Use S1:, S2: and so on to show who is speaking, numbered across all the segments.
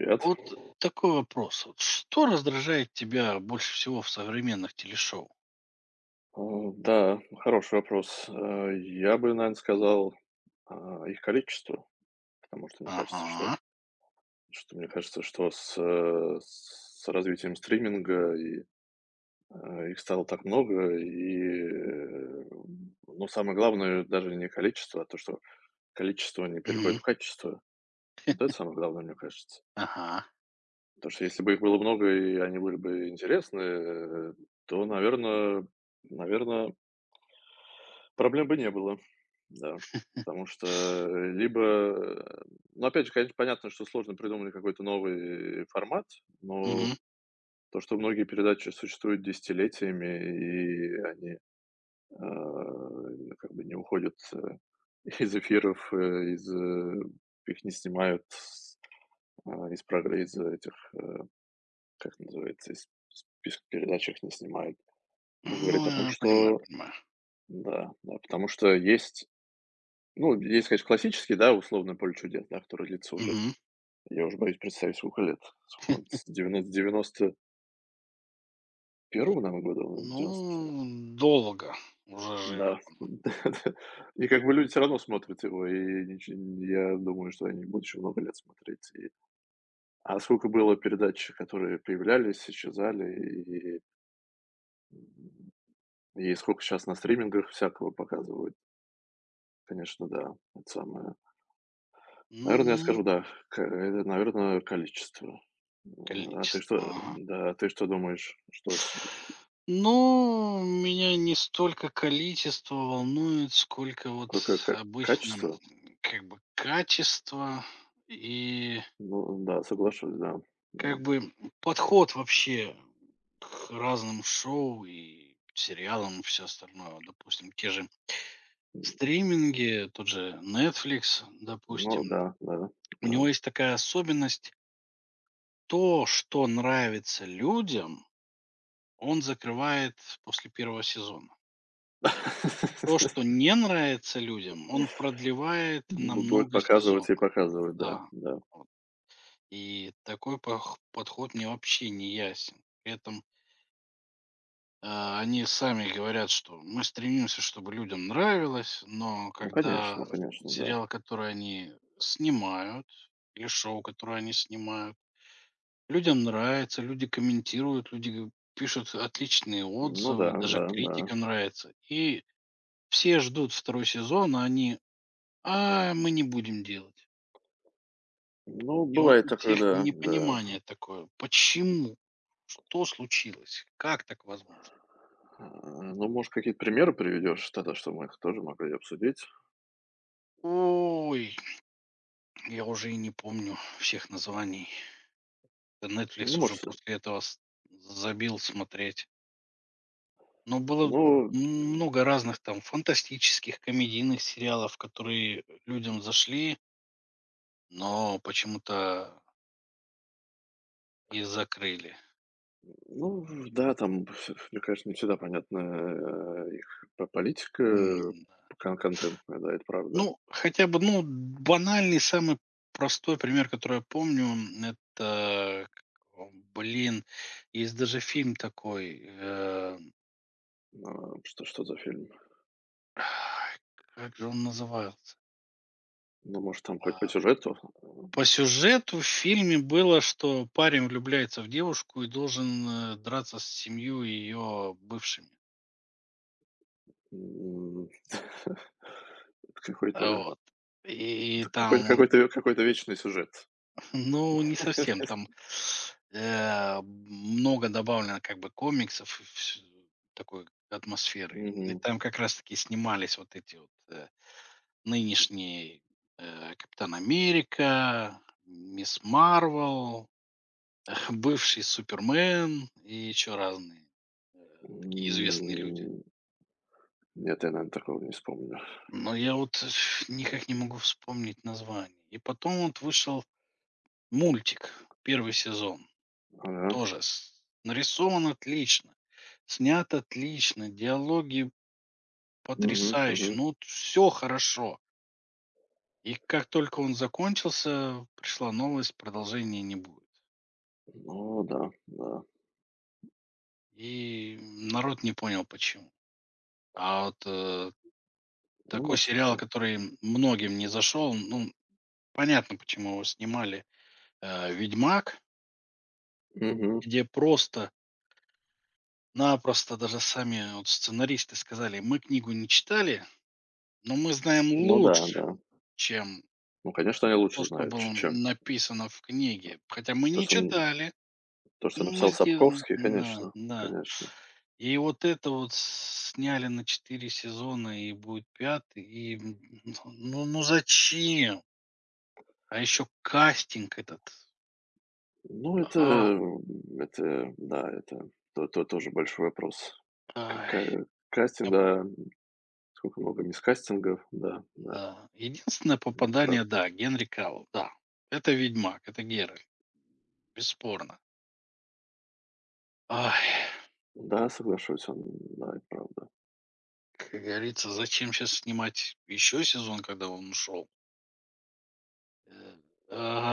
S1: Привет.
S2: Вот такой вопрос. Вот, что раздражает тебя больше всего в современных телешоу?
S1: Э, Да, хороший вопрос. Я бы, наверное, сказал, их количество, потому что мне кажется, что,
S2: Ага.
S1: с, с развитием стриминга и, их стало так много, и э, ну, самое главное даже не количество, а то, что количество не
S2: Мгм.
S1: переходит в качество. Вот это самое главное, мне кажется.
S2: Ага.
S1: Потому что если бы их было много и они были бы интересны, то, наверное, проблем бы не было. Да, потому что либо, э, ну, опять же, конечно, понятно, что сложно придумали какой-то новый формат, но
S2: Мгм.
S1: то, что многие передачи существуют десятилетиями, и они, как бы не уходят, из эфиров, их не снимают с а, из програ из этих, э, как называется, из списка передач их не снимают. Ну,
S2: Ну,
S1: говорит о том,
S2: я понимаю,
S1: что
S2: понимаю.
S1: да, потому что ну, есть, конечно, классический, да, условно, «Поле чудес», да, который длится уже...
S2: Мгм.
S1: Я уже боюсь представить, сколько лет. Сколько он? С девяносто первого, наверно, года он,
S2: Ну,
S1: 90.
S2: долго уже живет
S1: Да,
S2: она.
S1: да-да. И как бы люди все равно смотрят его, и нич я думаю, что они будут еще много лет смотреть. И сколько было передач, которые появлялись, исчезали, и сколько сейчас на стримингах всякого показывают. Конечно, да, это самое. Наверное, я
S2: Ну,
S1: скажу, да, к это, наверное, количество.
S2: количество. Ага.
S1: А ты что думаешь? Что с...
S2: Ну, меня не столько количество волнует, сколько вот
S1: какое ка
S2: обычно
S1: качество?
S2: как бы качество и
S1: Ну да, соглашусь, да, да.
S2: Как бы подход вообще к разным шоу и сериалам, и все остальное. Вот, допустим, те же стриминги, тот же Netflix,
S1: Ну
S2: допустим.
S1: да, да,
S2: У
S1: да.
S2: него есть такая особенность: то, что нравится людям, он закрывает после первого сезона. То, что не нравится людям, он продлевает на
S1: Бу Будет
S2: много сезонов.
S1: показывать и показывать, да,
S2: Да.
S1: да.
S2: Вот. И такой пох подход мне вообще не ясен. При этом они сами говорят, что мы стремимся, чтобы людям нравилось, но
S1: Ну, конечно,
S2: когда
S1: конечно, да.
S2: сериал, который они снимают, или шоу, которое они снимают, людям нравится, люди комментируют, люди пишут отличные
S1: Ну да,
S2: отзывы, даже
S1: да, да.
S2: критика нравится. И все ждут второй сезон, а мы не будем делать.
S1: Ну,
S2: И вот
S1: бывает
S2: у
S1: такое,
S2: всех
S1: да, да.
S2: непонимание такое. Почему? Что случилось? Как так возможно?
S1: Ну, может, какие-то примеры приведешь тогда, что мы их тоже могли обсудить?
S2: Ой, я уже и не помню всех названий.
S1: Ну,
S2: "Нетфликс" уже
S1: может, с
S2: после этого с забил смотреть. Но было
S1: ну
S2: много разных там фантастических, комедийных сериалов, которые людям зашли, но почему-то и закрыли.
S1: ну Да, там, мне, конечно, не всегда понятна, их по политика,
S2: М, да.
S1: контентная, да, это правда.
S2: Ну, хотя бы, ну, банальный, самый простой пример, который я помню, это, как его, блин, есть даже фильм такой,
S1: А, Что за фильм?
S2: как же он назывался?
S1: Ну, может, там хоть по сюжету...
S2: По сюжету в фильме было, что парень влюбляется в девушку и должен драться с семью ее бывшими.
S1: м,
S2: А,
S1: какой-то
S2: вот. И там он
S1: какой-то вечный сюжет.
S2: ну, не совсем. Там, много добавлено как бы комиксов и вс такой атмосферы. И
S1: Мгм.
S2: там как раз таки снимались вот эти вот, нынешние, Капитан Америка, Мисс Марвел, Бывший Супермен и еще разные, э, такие известные люди.
S1: М, нет, я, наверное, такого не вспомню.
S2: Но я вот никак не могу вспомнить название. И потом вот вышел мультик, первый сезон,
S1: Ага.
S2: тоже с нарисован отлично, снят отлично, диалоги
S1: Мгм, мгм.
S2: потрясающие, ну, вот всё хорошо. И как только он закончился, пришла новость: продолжения не будет.
S1: Ну да, да.
S2: И народ не понял почему. А вот,
S1: Ну,
S2: такой
S1: может,
S2: сериал, который многим не зашел. Ну, понятно, почему его снимали. "Ведьмак",
S1: мгм.
S2: где просто-напросто даже сами вот сценаристы сказали: "Мы книгу не читали, но мы знаем
S1: Ну да,
S2: лучше,
S1: да.
S2: чем
S1: Ну, конечно, они
S2: то,
S1: лучше
S2: что
S1: знают, ч
S2: было
S1: чем
S2: написано в книге. Хотя мы
S1: то,
S2: не
S1: что н
S2: читали,
S1: то, что
S2: но мы
S1: написал
S2: сделаем".
S1: Сапковский,
S2: Да,
S1: конечно,
S2: да.
S1: конечно.
S2: И вот это вот сняли на 4 сезона, и будет пятый, и ну зачем? А еще кастинг этот.
S1: Ну, это,
S2: А
S1: м, это, да, это то тоже большой вопрос.
S2: Ай,
S1: Какая Кастинг,
S2: эп
S1: да. Сколько много мискастингов, да, да,
S2: да. Единственное
S1: это...
S2: попадание, да, Генри Кавилл, да. Это Ведьмак, это Геральт, бесспорно. Ай,
S1: Да, соглашусь, он, да, это правда.
S2: как говорится, зачем сейчас снимать еще сезон, когда он ушел? Э,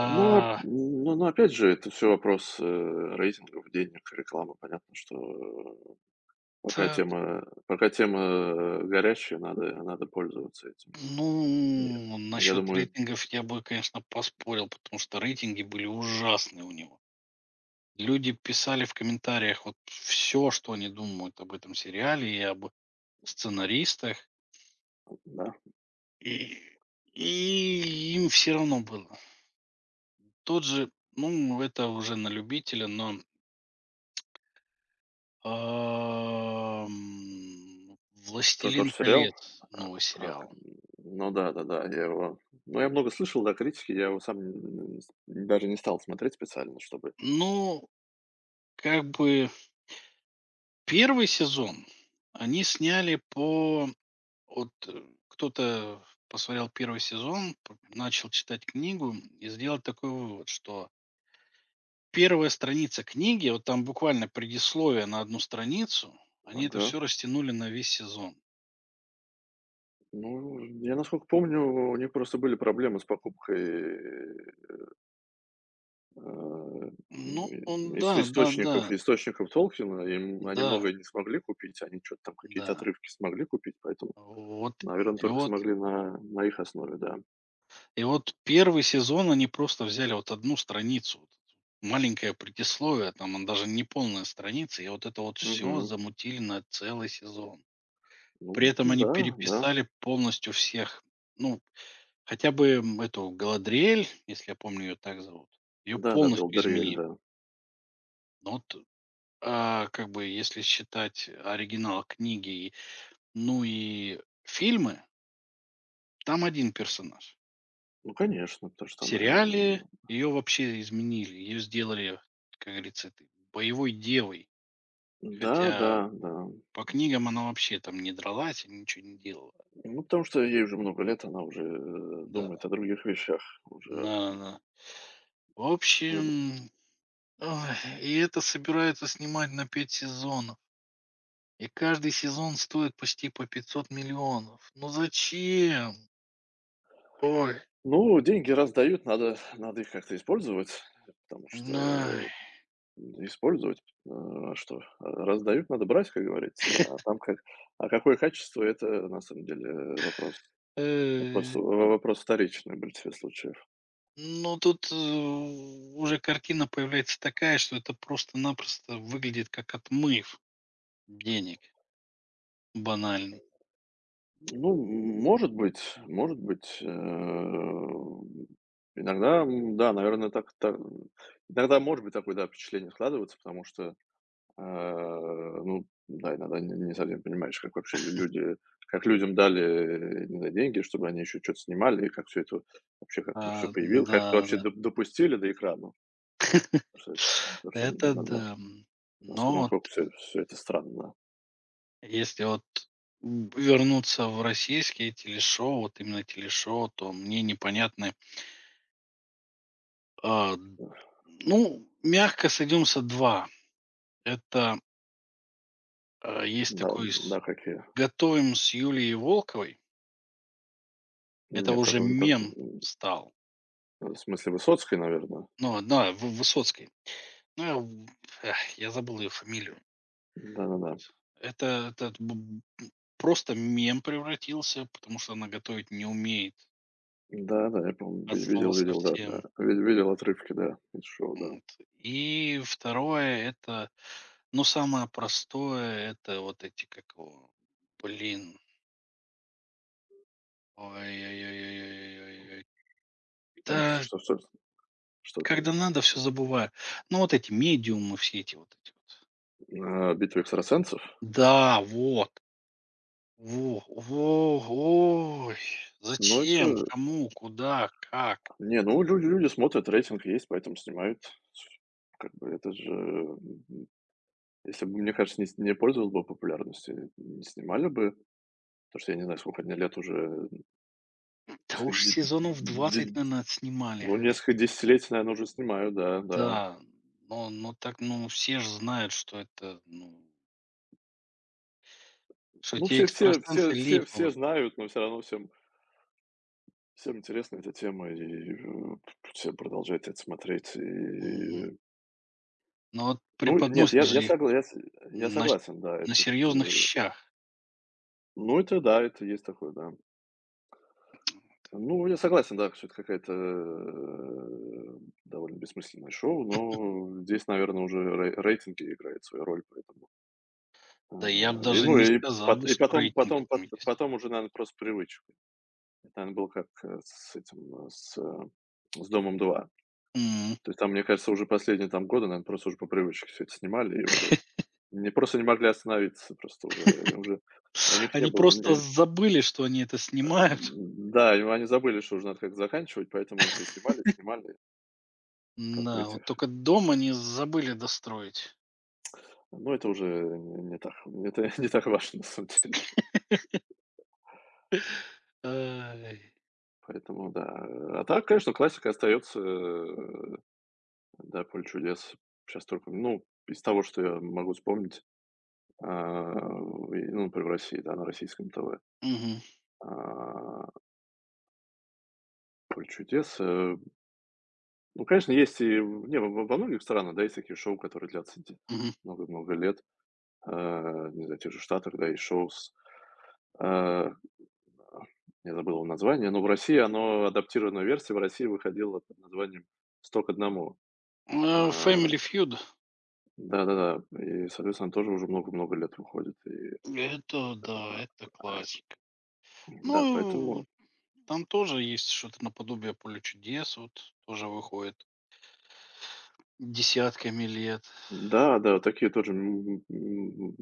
S1: Но опять же, это все вопрос, рейтингов, денег, рекламы. Понятно, что,
S2: так,
S1: пока тема, горячая, надо пользоваться этим. И
S2: ну,
S1: я
S2: насчет
S1: думаю,
S2: рейтингов я бы, конечно, поспорил, потому что рейтинги были ужасные у него. Люди писали в комментариях вот все, что они думают об этом сериале и об сценаристах.
S1: да,
S2: И и им все равно было. Тот же, ну, это уже на любителя, но,
S1: т
S2: "Властелин
S1: тот же сериал.
S2: колец", новый
S1: А, к
S2: сериал.
S1: Ну, да-да-да, я его... ну, я много слышал, да, критики, я его сам, н н даже не стал смотреть специально, чтобы...
S2: Ну, как бы первый сезон они сняли вот, э, кто-то посмотрел первый сезон, п начал читать книгу и сделал такой вывод, что первая страница книги, вот там буквально предисловие на одну страницу, они это
S1: Ага.
S2: все растянули на весь сезон.
S1: Ну, я, насколько помню, у них просто были проблемы с покупкой, а,
S2: Ну, он
S1: ис
S2: да, да-да, да,
S1: источников источников Толкина. Им они
S2: да.
S1: многое не смогли купить, они что то там какие-то
S2: Да.
S1: отрывки смогли купить, поэтому,
S2: Вот именно.
S1: наверное,
S2: И
S1: только
S2: вот
S1: смогли на их основе, да.
S2: и вот первый сезон они просто взяли вот одну страницу, вот маленькое предисловие, там он даже не полная страница, и вот это вот все
S1: Мгм.
S2: замутили на целый сезон.
S1: Ну
S2: При этом они
S1: да, да.
S2: переписали полностью всех. Ну, хотя бы, эту Галадриэль, если я помню, ее так зовут, ее
S1: Да-да,
S2: полностью
S1: Галдериэль,
S2: изменили.
S1: да.
S2: Но вот, как бы если считать оригинал книги, ну и фильмы, там один персонаж.
S1: Ну, конечно, потому
S2: В
S1: что там,
S2: сериале ее вообще изменили. Ее сделали, как говорится, этой боевой девой.
S1: да, да,
S2: Хотя
S1: да.
S2: по книгам она вообще там не дралась и ничего не делала.
S1: Ну, потому что ей уже много лет, она уже,
S2: Да.
S1: думает о других вещах,
S2: На, на. В
S1: уже...
S2: общем, ой, и это собираются снимать на 5 сезонов. И каждый сезон стоит почти по 500 миллионов. Ну зачем? Ой,
S1: Ну, деньги раздают, надо их как-то использовать, потому что,
S2: най.
S1: использовать. А что? Раздают, надо брать, как говорится. А там как... какое качество — это на самом деле,
S2: Э.
S1: вопрос вторичный в большинстве случаев.
S2: Ну, тут, уже картина появляется такая, что это просто-напросто выглядит как отмыв денег банальный.
S1: Ну, может быть, иногда, да, наверное, так та иногда может быть такое, да, впечатление складывается, потому что... Э, ну да, иногда не совсем понимаешь, как вообще лю люди... как людям дали, не знаю, деньги, чтобы они еще что то снимали, и как все это вообще, как это всё
S2: А,
S1: появилось, как это вообще
S2: да-да.
S1: допустили до экрана. Потому что Потому что
S2: Это
S1: на
S2: да.
S1: наско
S2: Но вот
S1: насколько все всё это странно.
S2: если вернуться в российские телешоу, вот именно телешоу, то мне непонятны, а, ну, мягко сойдемся 2. Это, есть
S1: Да,
S2: такой с
S1: да, как я.
S2: "Готовим" с Юлией Волковой. Это
S1: Нет,
S2: уже
S1: такого...
S2: мем стал.
S1: В смысле Высоцкой, наверное?
S2: Ну, одна В Высоцкой. Ну, я я забыл ее фамилию.
S1: Да-да-да.
S2: Вот. Это м, просто мем превратился, потому что она готовить не умеет
S1: Да-да, я помню,
S2: от
S1: ви
S2: слова
S1: видел видел, да, да.
S2: совсем.
S1: Ви Видел отрывки, да, из шоу, да.
S2: Вот. И второе это, ну, самое простое — это вот эти, как его, блин, ой ой ой ой ой ой.
S1: Там
S2: Да,
S1: что там,
S2: когда надо, все забываю. Ну, вот эти "Медиумы", все эти вот эти вот.
S1: «Битва экстрасенсов».
S2: Да, вот! Во во ой,
S1: Ну,
S2: зачем,
S1: это
S2: кому, куда, как?
S1: Не, ну люди смотрят, рейтинг есть, поэтому снимают. Как бы это же, если бы, мне кажется, не пользовался бы популярностью, не снимали бы, потому что я не знаю, сколько они лет уже...
S2: Да
S1: так
S2: уж
S1: де
S2: сезонов 20,
S1: де
S2: наверное, отснимали.
S1: ну, несколько десятилетий, наверно, уже снимаю, да, да.
S2: Да, но так, ну, все ж знают, что это, ну, что
S1: Ну,
S2: те экстрасенсы
S1: все
S2: липовые.
S1: знают, но все равно всем интересна эта тема, и, э, все продолжают это смотреть.
S2: Мгм.
S1: И,
S2: Но вот
S1: ну, нет,
S2: преподносят же их
S1: я
S2: на с
S1: согласен, да,
S2: на
S1: этот,
S2: серьезных щах.
S1: ну, это да, это есть такое, да. Ну, я согласен, да, что это какая-то, довольно бессмысленное шоу, но здесь, наверное, уже рейтинги играют свою роль, поэтому, а,
S2: Да я бы
S1: и,
S2: даже
S1: ну,
S2: не сказал бы, что рейтинги там есть.
S1: потом уже, наверно, просто привычка. Это, наверно, было как, с этим, с домом два.
S2: М.
S1: То есть там, мне кажется, уже последние там годы, наверное, просто уже по привычке все это снимали и уже не просто не могли остановиться, просто уже, уже у них не
S2: Они
S1: было,
S2: просто
S1: не,
S2: забыли, что они это
S1: э,
S2: снимают.
S1: да, и они забыли, что уже надо как-то заканчивать, поэтому они все снимали, снимали... Как у
S2: Да, вот
S1: этих,
S2: только дом
S1: как
S2: они забыли достроить.
S1: Ну, это уже н не так... не так важно, на самом деле.
S2: Э,
S1: Поэтому да. А так, конечно, классика остается, да, «Поле чудес». Сейчас только, ну, из того, что я могу вспомнить, ну, например, в России, да, на российском ТВ.
S2: Мгм,
S1: А, «Поле чудес», ну, конечно, есть и в не, во во во многих странах, да, есть такие шоу, которые длятся, де
S2: мгм.
S1: много-много лет. Не знаю, в тех же Штатах, да, и шоу с... а Я забыл его название, но в России оно адаптированная версия в России выходила под названием «100 к 1».
S2: А,
S1: А,
S2: Family Feud.
S1: Да-да-да, и, соответственно, тоже уже много-много лет выходит. И,
S2: Это, да, это
S1: а,
S2: классика.
S1: да,
S2: Ну,
S1: поэтому
S2: там тоже есть что-то наподобие Поля чудес, вот тоже выходит десятками лет.
S1: да, да, вот такие тоже,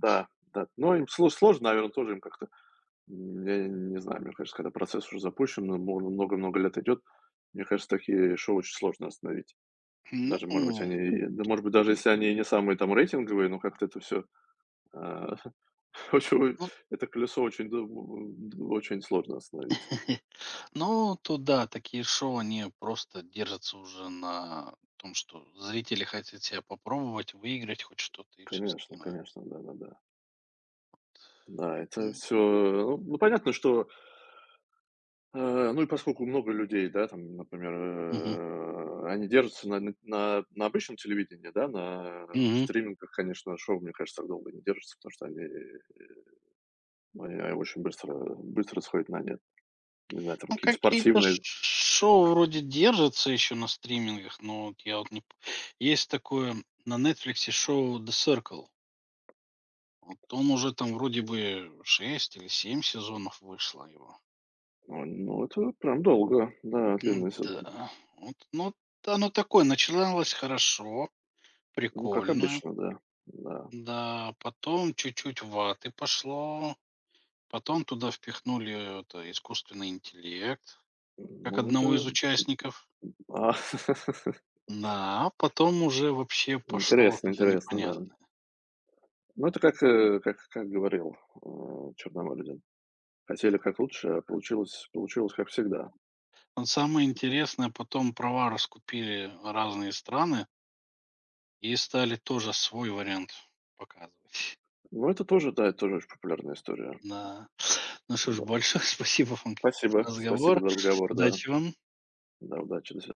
S1: да, да. Но им сложно, наверное, тоже им как-то... я не знаю, мне кажется, когда процесс уже запущен, много-много лет идет, мне кажется, такие шоу очень сложно остановить.
S2: Ну,
S1: Даже, может
S2: ну,
S1: быть, они, да, может быть, даже если они и не самые там рейтинговые, но как-то это все. А, очень Это колесо очень, д очень сложно остановить.
S2: ну, то да, такие шоу, они просто держатся уже на том, что зрители хотят себя попробовать, выиграть хоть что-то и все
S1: Конечно,
S2: остальное.
S1: конечно, да-да-да. Да, да. Да, это
S2: М,
S1: все. Ну, понятно, что, э, ну и поскольку много людей, да, там, например,
S2: Мгм,
S1: они держатся на обычном телевидении, да, на в
S2: мгм.
S1: стримингах, конечно, шоу, мне кажется, так долго не держатся, потому что они, ну, они очень быстро сходят на нет. Не знаю, там
S2: Ну,
S1: какие то
S2: какие-то ш
S1: спортивные...
S2: шоу вроде держатся еще на стримингах, но вот я вот не п Есть такое на "Нетфликсе" шоу "The Circle". Вот он уже там вроде бы 6 или семь сезонов вышло его.
S1: ну, это прям долго, да, длинный с...
S2: М-да, вот, ну, оно такое, начиналось хорошо,
S1: ну, как
S2: прикольно,
S1: обычно, да, да.
S2: да, потом чуть-чуть ваты пошло, потом туда впихнули это искусственный интеллект, как
S1: Ну,
S2: одного из
S1: это,
S2: участников.
S1: а,
S2: Да, а потом уже вообще пошло что-то
S1: интересно, да.
S2: непонятное.
S1: Ну, это как, как говорил, Черномырдин: «Хотели как лучше, а получилось как всегда».
S2: Но самое интересное, потом права раскупили разные страны и стали тоже свой вариант показывать.
S1: Ну, это тоже, да, это тоже очень популярная история.
S2: Да. Ну что ж,
S1: Да.
S2: большое спасибо вам за
S1: Спасибо
S2: разговор.
S1: за разговор, да.
S2: Удачи вам.
S1: Да, удачи, до свидания.